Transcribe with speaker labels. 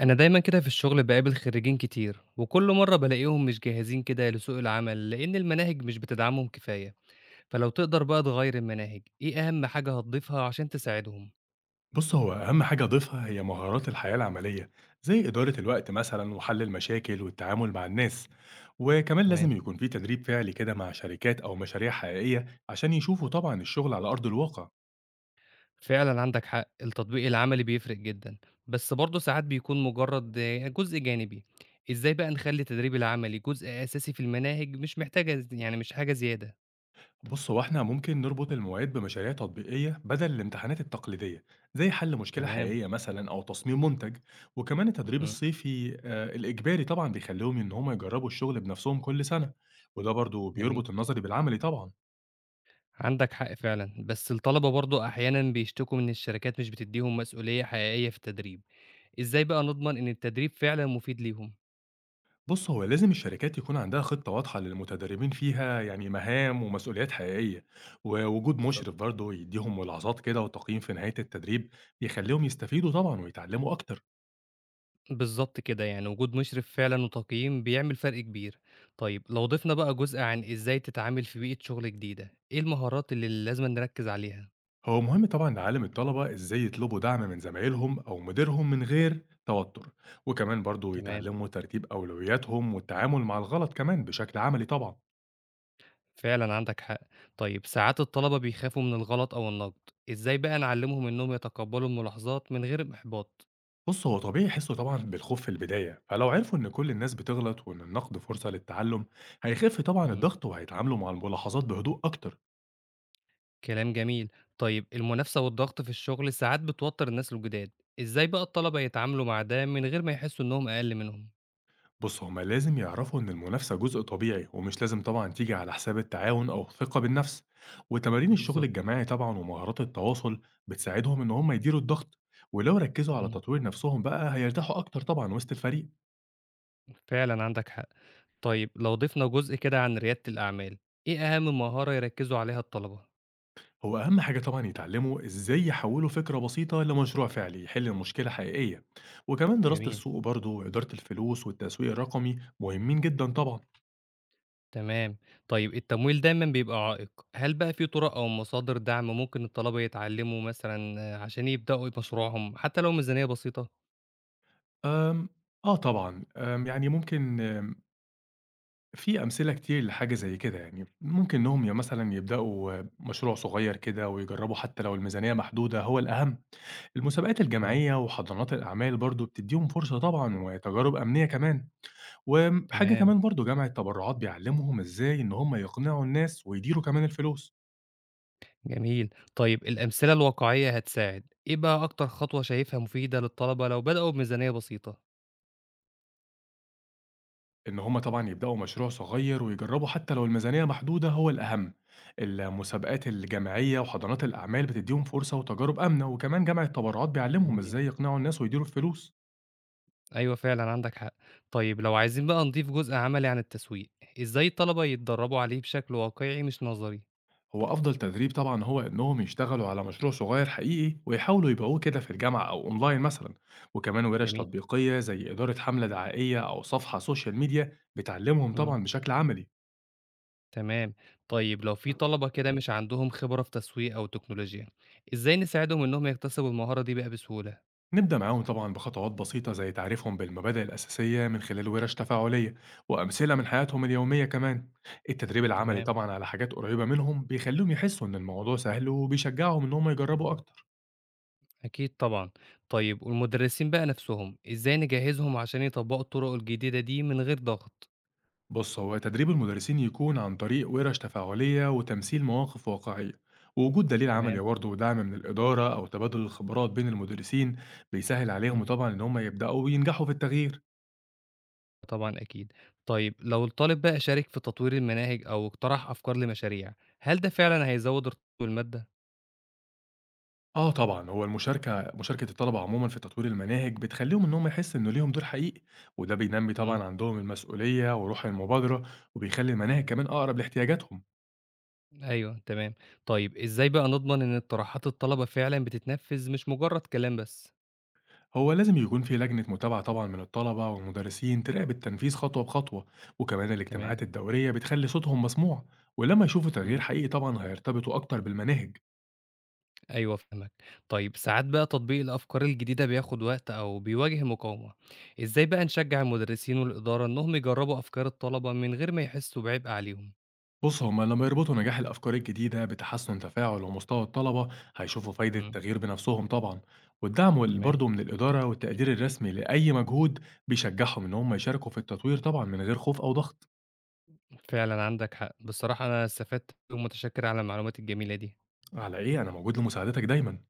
Speaker 1: أنا دايمًا كده في الشغل باقابل خريجين كتير، وكل مرة بالاقيهم مش جاهزين كده لسوق العمل، لأن المناهج مش بتدعمهم كفاية، فلو تقدر بقى تغير المناهج، إيه أهم حاجة هتضيفها عشان تساعدهم؟
Speaker 2: بص هو أهم حاجة أضيفها هي مهارات الحياة العملية، زي إدارة الوقت مثلا وحل المشاكل والتعامل مع الناس. وكمان لازم
Speaker 1: تمام،
Speaker 2: يكون في تدريب فعلي كده مع شركات أو مشاريع حقيقية عشان يشوفوا طبعا الشغل على أرض الواقع.
Speaker 1: فعلًا عندك حق، التطبيق العملي بيفرق جدًا، بس برضه ساعات بيكون مجرد جزء جانبي، إزاي بقى نخلي التدريب العملي جزء أساسي في المناهج مش محتاجة ز يعني مش حاجة زيادة؟
Speaker 2: بص هو احنا ممكن نربط المواد بمشاريع تطبيقية بدل الامتحانات التقليدية، زي حل مشكلة
Speaker 1: تمام،
Speaker 2: حقيقية مثلا أو تصميم منتج. وكمان التدريب
Speaker 1: إمم،
Speaker 2: الصيفي الإجباري طبعا بيخليهم إن هم يجربوا الشغل بنفسهم كل سنة. وده برضه
Speaker 1: جميل.
Speaker 2: بيربط النظري بالعملي طبعا.
Speaker 1: عندك حق فعلا بس الطلبة برضو أحيانا بيشتكوا من الشركات مش بتديهم مسؤولية حقيقية في التدريب، إزاي بقى نضمن إن التدريب فعلا مفيد ليهم؟
Speaker 2: بُص، هو لازم الشركات يكون عندها خطة واضحة للمتدربين فيها، يعني مهام ومسؤوليات حقيقية، ووجود
Speaker 1: بالظبط.
Speaker 2: مشرف برضه يديهم ملاحظات كده وتقييم في نهاية التدريب، بيخليهم يستفيدوا طبعًا ويتعلموا أكتر.
Speaker 1: بالظبط كده، يعني وجود مشرف فعلا وتقييم بيعمل فرق كبير. طيب لو ضفنا بقى جزء عن إزاي تتعامل في بيئة شغل جديدة، إيه المهارات اللي لازم نركز عليها؟
Speaker 2: هو مهم طبعًا نعلم الطلبة إزاي يطلبوا دعم من زمايلهم أو مديرهم من غير توتر، وكمان برضه
Speaker 1: تمام،
Speaker 2: يتعلموا ترتيب أولوياتهم والتعامل مع الغلط كمان بشكل عملي طبعًا.
Speaker 1: فعلا عندك حق. طيب ساعات الطلبة بيخافوا من الغلط أو النقد، إزاي بقى نعلمهم إنهم يتقبلوا الملاحظات من غير إحباط؟
Speaker 2: بُص، هو طبيعي يحسّوا طبعًا بالخوف في البداية، فلو عرفوا إن كل الناس بتغلط وإن النقد فرصة للتعلم، هيخف طبعًا الضغط وهيتعاملوا مع الملاحظات بهدوء أكتر.
Speaker 1: كلام جميل. طيب المنافسة والضغط في الشغل ساعات بتوتر الناس الجداد، إزاي بقى الطلبة يتعاملوا مع ده من غير ما يحسوا إنهم أقل منهم؟
Speaker 2: بُص، هُم لازم يعرفوا إن المنافسة جزء طبيعي ومش لازم طبعًا تيجي على حساب التعاون أو الثقة بالنفس، وتمارين الشغل
Speaker 1: بالضبط،
Speaker 2: الجماعي طبعًا ومهارات التواصل بتساعدهم إن هُم يديروا الضغط، ولو ركّزوا على
Speaker 1: إمم،
Speaker 2: تطوير نفسهم بقى هيرتاحوا أكتر طبعًا وسط الفريق.
Speaker 1: فعلًا عندك حق. طيب لو ضِفنا جزء كده عن ريادة الأعمال، إيه أهم مهارة يركّزوا عليها الطلبة؟
Speaker 2: هو أهم حاجة طبعًا يتعلموا إزاي يحولوا فكرة بسيطة لمشروع فعلي يحل مشكلة حقيقية، وكمان دراسة
Speaker 1: جميل،
Speaker 2: السوق برضه وإدارة الفلوس والتسويق الرقمي مهمين جدًا طبعًا.
Speaker 1: تمام. طيب التمويل دايمًا بيبقى عائق، هل بقى في طُرق أو مصادر دعم ممكن الطلبة يتعلموا مثلًا عشان يبدؤوا مشروعهم حتى لو ميزانية بسيطة؟
Speaker 2: آمم، آه طبعًا، آمم، يعني ممكن آمم، في أمثلة كتير لحاجة زي كده يعني، ممكن إنهم مثلًا يبدأوا مشروع صغير كده ويجربوا حتى لو الميزانية محدودة هو الأهم، المسابقات
Speaker 1: إمم،
Speaker 2: الجماعية وحضانات الأعمال برضه بتديهم فرصة طبعًا وتجارب أمنية كمان. وحاجة
Speaker 1: تمام.
Speaker 2: كمان برضه جمع التبرعات بيعلّمهم إزاي إن هم يقنعوا الناس ويديروا كمان الفلوس،
Speaker 1: جميل. طيب الأمثلة الواقعية هتساعد. إيه بقى أكتر خطوة شايفها مفيدة للطلبة لو بدأوا بميزانية بسيطة؟
Speaker 2: إن هم طبعًا يبدأوا مشروع صغير ويجربوا حتى لو الميزانية محدودة هو الأهم، المسابقات الجماعية وحضانات الأعمال بتديهم فرصة وتجارب آمنة، وكمان جمع التبرعات
Speaker 1: تمام.
Speaker 2: بيعلّمهم إزاي يقنعوا الناس ويديروا الفلوس.
Speaker 1: أيوه فعلًا عندك حق. طيب لو عايزين بقى نضيف جزء عملي عن التسويق، إزاي الطلبة يتدربوا عليه بشكل واقعي مش نظري؟
Speaker 2: هو أفضل تدريب طبعًا هو إنهم يشتغلوا على مشروع صغير حقيقي ويحاولوا يبيعوه كده في الجامعة أو أونلاين مثلًا، وكمان ورش
Speaker 1: جميل.
Speaker 2: تطبيقية زي إدارة حملة دعائية أو صفحة سوشيال ميديا بتعلّمهم
Speaker 1: إمم.
Speaker 2: طبعًا بشكل عملي.
Speaker 1: تمام. طيب لو في طلبة كده مش عندهم خبرة في تسويق أو تكنولوجيا، إزاي نساعدهم إنهم يكتسبوا المهارة دي بقى بسهولة؟
Speaker 2: نبدأ معاهم طبعا بخطوات بسيطة زي تعريفهم بالمبادئ الأساسية من خلال ورش تفاعلية وأمثلة من حياتهم اليومية كمان. التدريب العملي
Speaker 1: تمام.
Speaker 2: طبعا على حاجات قريبة منهم بيخليهم يحسوا إن الموضوع سهل وبيشجعهم إن هم يجربوا أكتر.
Speaker 1: أكيد طبعًا. طيب والمدرسين بقى نفسهم، إزاي نجهزهم عشان يطبقوا الطرق الجديدة دي من غير ضغط؟
Speaker 2: بص هو تدريب المدرسين يكون عن طريق ورش تفاعلية وتمثيل مواقف واقعية، ووجود دليل
Speaker 1: تمام،
Speaker 2: عملي برضه ودعم من الإدارة أو تبادل الخبرات بين المدرسين بيسهل عليهم
Speaker 1: إمم،
Speaker 2: طبعا إن هم يبدأوا وينجحوا في التغيير.
Speaker 1: طبعًا أكيد. طيب لو الطالب بقى شارك في تطوير المناهج أو اقترح أفكار لمشاريع، هل ده فعلًا هيزوّد ارتباطه بالمادة؟
Speaker 2: آه طبعًا، هو مشاركة الطلبة عمومًا في تطوير المناهج بتخلّيهم إن هم يحسّوا إن ليهم دور حقيقي، وده بينمّي
Speaker 1: إمم،
Speaker 2: طبعًا عندهم المسؤولية وروح المبادرة، وبيخلّي المناهج كمان أقرب لاحتياجاتهم.
Speaker 1: أيوه تمام. طيب إزاي بقى نضمن إن اقتراحات الطلبة فعلًا بتتنفّذ مش مجرد كلام بس؟
Speaker 2: هو لازم يكون في لجنة متابعة طبعًا من الطلبة والمدرسين تراقب التنفيذ خطوة بخطوة، وكمان
Speaker 1: تمام،
Speaker 2: الاجتماعات الدورية بتخلّي صوتهم مسموع، ولمّا يشوفوا تغيير
Speaker 1: إمم،
Speaker 2: حقيقي طبعًا هيرتبطوا أكتر بالمناهج.
Speaker 1: أيوه فاهمك. طيب ساعات بقى تطبيق الأفكار الجديدة بياخد وقت أو بيواجه مقاومة، إزاي بقى نشجّع المدرسين والإدارة إنهم يجرّبوا أفكار الطلبة من غير ما يحسّوا بعبء عليهم؟
Speaker 2: بص هما لما يربطوا نجاح الأفكار الجديدة بتحسن تفاعل ومستوى الطلبة هيشوفوا فايدة
Speaker 1: إمم،
Speaker 2: التغيير بنفسهم طبعا. والدعم
Speaker 1: تمام.
Speaker 2: برضه من الإدارة والتقدير الرسمي لأي مجهود بيشجعهم إن هم يشاركوا في التطوير طبعا من غير خوف أو ضغط.
Speaker 1: فعلًا عندك حق. بصراحة أنا استفدت ومتشكر على المعلومات الجميلة دي.
Speaker 2: على إيه، أنا موجود لمساعدتك دايما.